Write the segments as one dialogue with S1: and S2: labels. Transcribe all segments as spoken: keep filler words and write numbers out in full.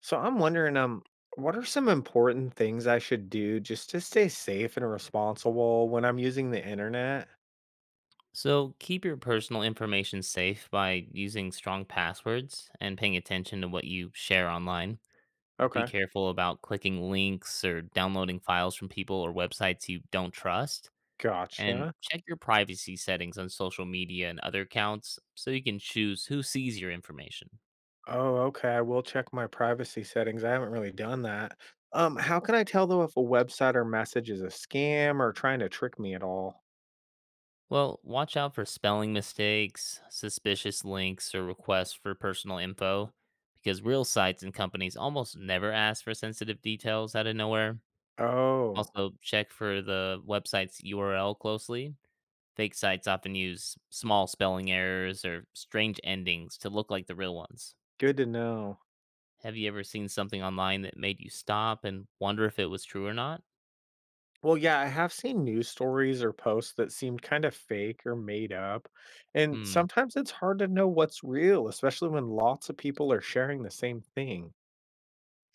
S1: So I'm wondering, um, what are some important things I should do just to stay safe and responsible when I'm using the internet?
S2: So keep your personal information safe by using strong passwords and paying attention to what you share online. Be
S1: Okay.
S2: careful about clicking links or downloading files from people or websites you don't trust. And
S1: Gotcha.
S2: check your privacy settings on social media and other accounts so you can choose who sees your information.
S1: Oh, okay. I will check my privacy settings. I haven't really done that. Um, how can I tell though if a website or message is a scam or trying to trick me at all?
S2: Well, watch out for spelling mistakes, suspicious links, or requests for personal info, because real sites and companies almost never ask for sensitive details out of nowhere.
S1: Oh,
S2: Also, check for the website's U R L closely. Fake sites often use small spelling errors or strange endings to look like the real ones.
S1: good to know.
S2: Have you ever seen something online that made you stop and wonder if it was true or not?
S1: Well, yeah, I have seen news stories or posts that seemed kind of fake or made up. And
S2: Hmm,
S1: sometimes it's hard to know what's real, especially when lots of people are sharing the same thing.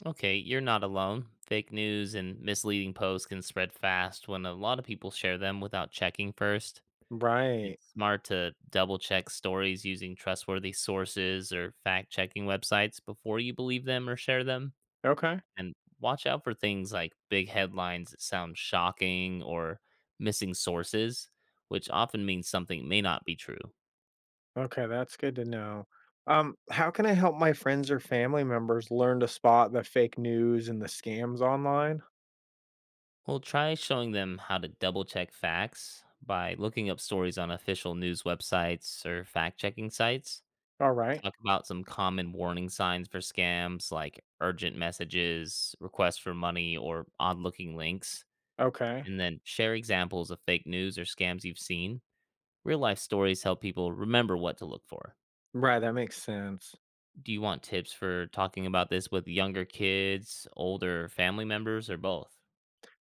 S2: okay, you're not alone. Fake news and misleading posts can spread fast when a lot of people share them without checking first.
S1: Right.
S2: It's smart to double check stories using trustworthy sources or fact checking websites before you believe them or share them.
S1: Okay.
S2: And watch out for things like big headlines that sound shocking or missing sources, which often means something may not be true.
S1: Okay, that's good to know. Um, how can I help my friends or family members learn to spot the fake news and the scams online?
S2: We'll try showing them how to double check facts by looking up stories on official news websites or fact checking sites.
S1: All right.
S2: Talk about some common warning signs for scams like urgent messages, requests for money, or odd looking links.
S1: Okay.
S2: And then share examples of fake news or scams you've seen. Real life stories help people remember what to look for.
S1: Right, that makes sense.
S2: Do you want tips for talking about this with younger kids, older family members, or both?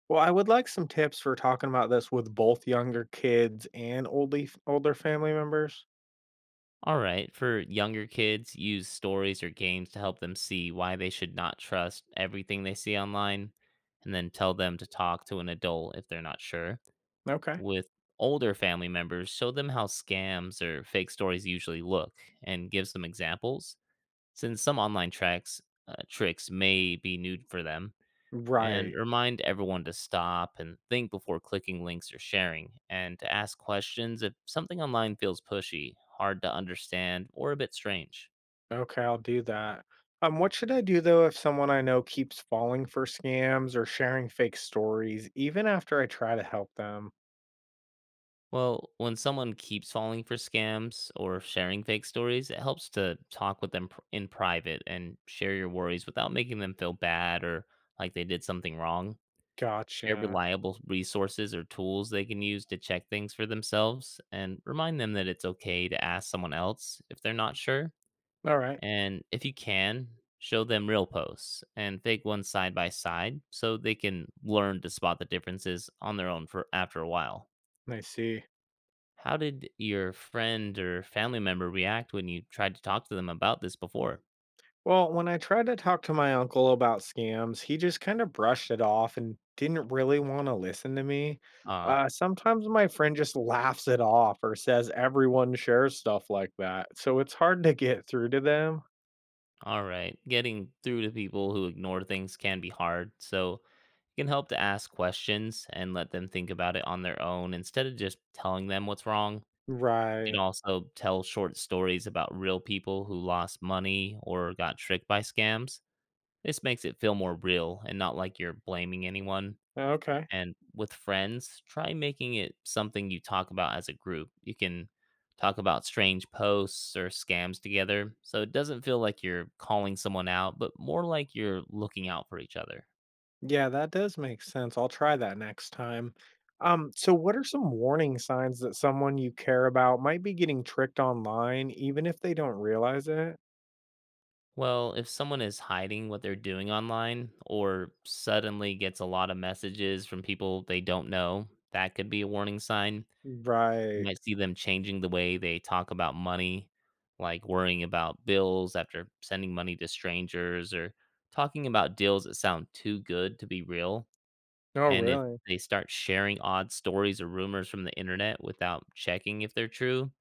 S1: Well, I would like some tips for talking about this with both younger kids and oldie, older family members.
S2: All right, for younger kids, use stories or games to help them see why they should not trust everything they see online, and then tell them to talk to an adult if they're not sure.
S1: Okay.
S2: With older family members, show them how scams or fake stories usually look and give some examples, since some online tracks, uh, tricks may be new for them. And
S1: Right.
S2: remind everyone to stop and think before clicking links or sharing, and to ask questions if something online feels pushy, hard to understand, or a bit strange.
S1: Okay, I'll do that. Um, what should I do though if someone I know keeps falling for scams or sharing fake stories, even after I try to help them?
S2: Well, when someone keeps falling for scams or sharing fake stories, it helps to talk with them pr- in private and share your worries without making them feel bad or like they did something wrong. Share
S1: Gotcha.
S2: reliable resources or tools they can use to check things for themselves, and remind them that it's okay to ask someone else if they're not sure.
S1: All right,
S2: And if you can, show them real posts and fake ones side by side so they can learn to spot the differences on their own for after a while.
S1: I see.
S2: How did your friend or family member react when you tried to talk to them about this before?
S1: Well, when I tried to talk to my uncle about scams, he just kind of brushed it off and didn't really want to listen to me.
S2: Ah,
S1: Uh, sometimes my friend just laughs it off or says everyone shares stuff like that, so it's hard to get through to them.
S2: all right. Getting through to people who ignore things can be hard, so it can help to ask questions and let them think about it on their own instead of just telling them what's wrong. You can
S1: Right.
S2: also tell short stories about real people who lost money or got tricked by scams. This makes it feel more real and not like you're blaming anyone.
S1: Okay.
S2: And with friends, try making it something you talk about as a group. You can talk about strange posts or scams together, so it doesn't feel like you're calling someone out, but more like you're looking out for each other.
S1: Yeah, that does make sense. I'll try that next time. Um, so what are some warning signs that someone you care about might be getting tricked online, even if they don't realize it?
S2: Well, if someone is hiding what they're doing online or suddenly gets a lot of messages from people they don't know, that could be a warning sign. You
S1: Right.
S2: might see them changing the way they talk about money, like worrying about bills after sending money to strangers or talking about deals that sound too good to be real.
S1: Oh,
S2: And if
S1: really?
S2: they start sharing odd stories or rumors from the internet without checking if they're true,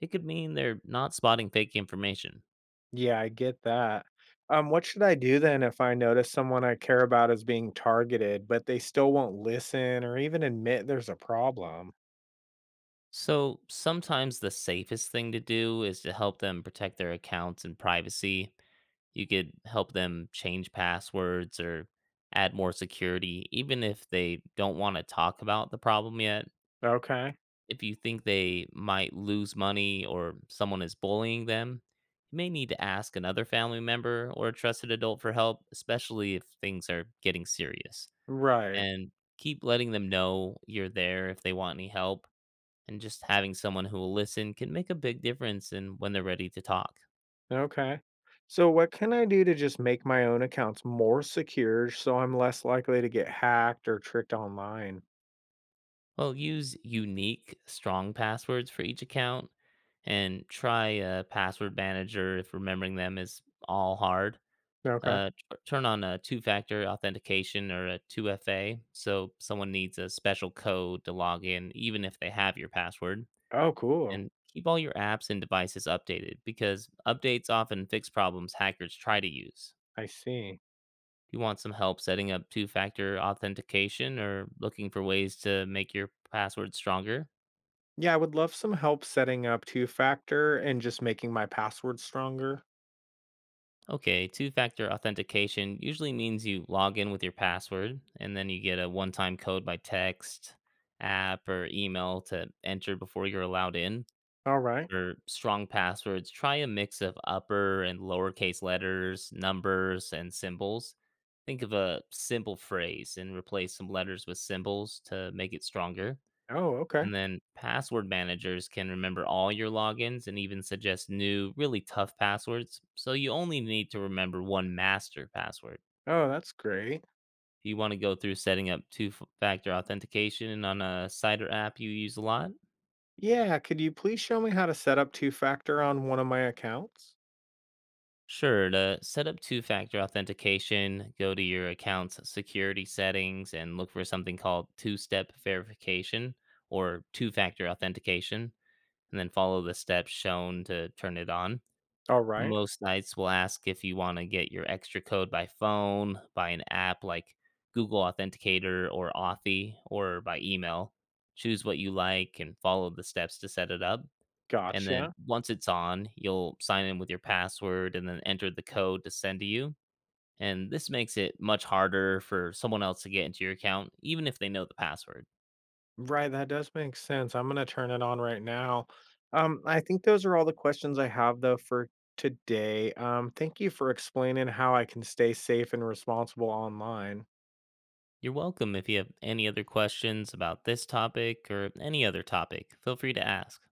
S2: it could mean they're not spotting fake information.
S1: Yeah, I get that. Um, what should I do then if I notice someone I care about is being targeted, but they still won't listen or even admit there's a problem?
S2: So sometimes the safest thing to do is to help them protect their accounts and privacy. You could help them change passwords or add more security, even if they don't want to talk about the problem yet.
S1: Okay.
S2: If you think they might lose money or someone is bullying them, you may need to ask another family member or a trusted adult for help, especially if things are getting serious.
S1: Right.
S2: And keep letting them know you're there if they want any help, and just having someone who will listen can make a big difference in when they're ready to talk.
S1: Okay. So, what can I do to just make my own accounts more secure so I'm less likely to get hacked or tricked online?
S2: Well, use unique, strong passwords for each account, and try a password manager if remembering them is all hard.
S1: Okay.
S2: Uh, t- turn on a two factor authentication or a two F A so someone needs a special code to log in, even if they have your password.
S1: Oh, cool.
S2: And keep all your apps and devices updated, because updates often fix problems hackers try to use.
S1: I see.
S2: Do you want some help setting up two factor authentication or looking for ways to make your password stronger?
S1: Yeah, I would love some help setting up two factor and just making my password stronger.
S2: Okay, two factor authentication usually means you log in with your password and then you get a one time code by text, app, or email to enter before you're allowed in.
S1: All right.
S2: For strong passwords, try a mix of upper and lowercase letters, numbers, and symbols. Think of a simple phrase and replace some letters with symbols to make it stronger.
S1: Oh, okay.
S2: And then password managers can remember all your logins and even suggest new, really tough passwords, so you only need to remember one master password.
S1: Oh, that's great.
S2: Do you want to go through setting up two factor authentication on a site or app you use a lot?
S1: Yeah, could you please show me how to set up two factor on one of my accounts?
S2: Sure, to set up two factor authentication, go to your account's security settings and look for something called two step verification or two factor authentication, and then follow the steps shown to turn it on.
S1: All right.
S2: Most sites will ask if you wanna get your extra code by phone, by an app like Google Authenticator or Authy, or by email. Choose what you like and follow the steps to set it up, and then
S1: Gotcha.
S2: once it's on, you'll sign in with your password and then enter the code to send to you, and this makes it much harder for someone else to get into your account, even if they know the password.
S1: Right, that does make sense. I'm gonna turn it on right now. Um, I think those are all the questions I have though for today. Um, thank you for explaining how I can stay safe and responsible online.
S2: You're welcome. If you have any other questions about this topic or any other topic, feel free to ask.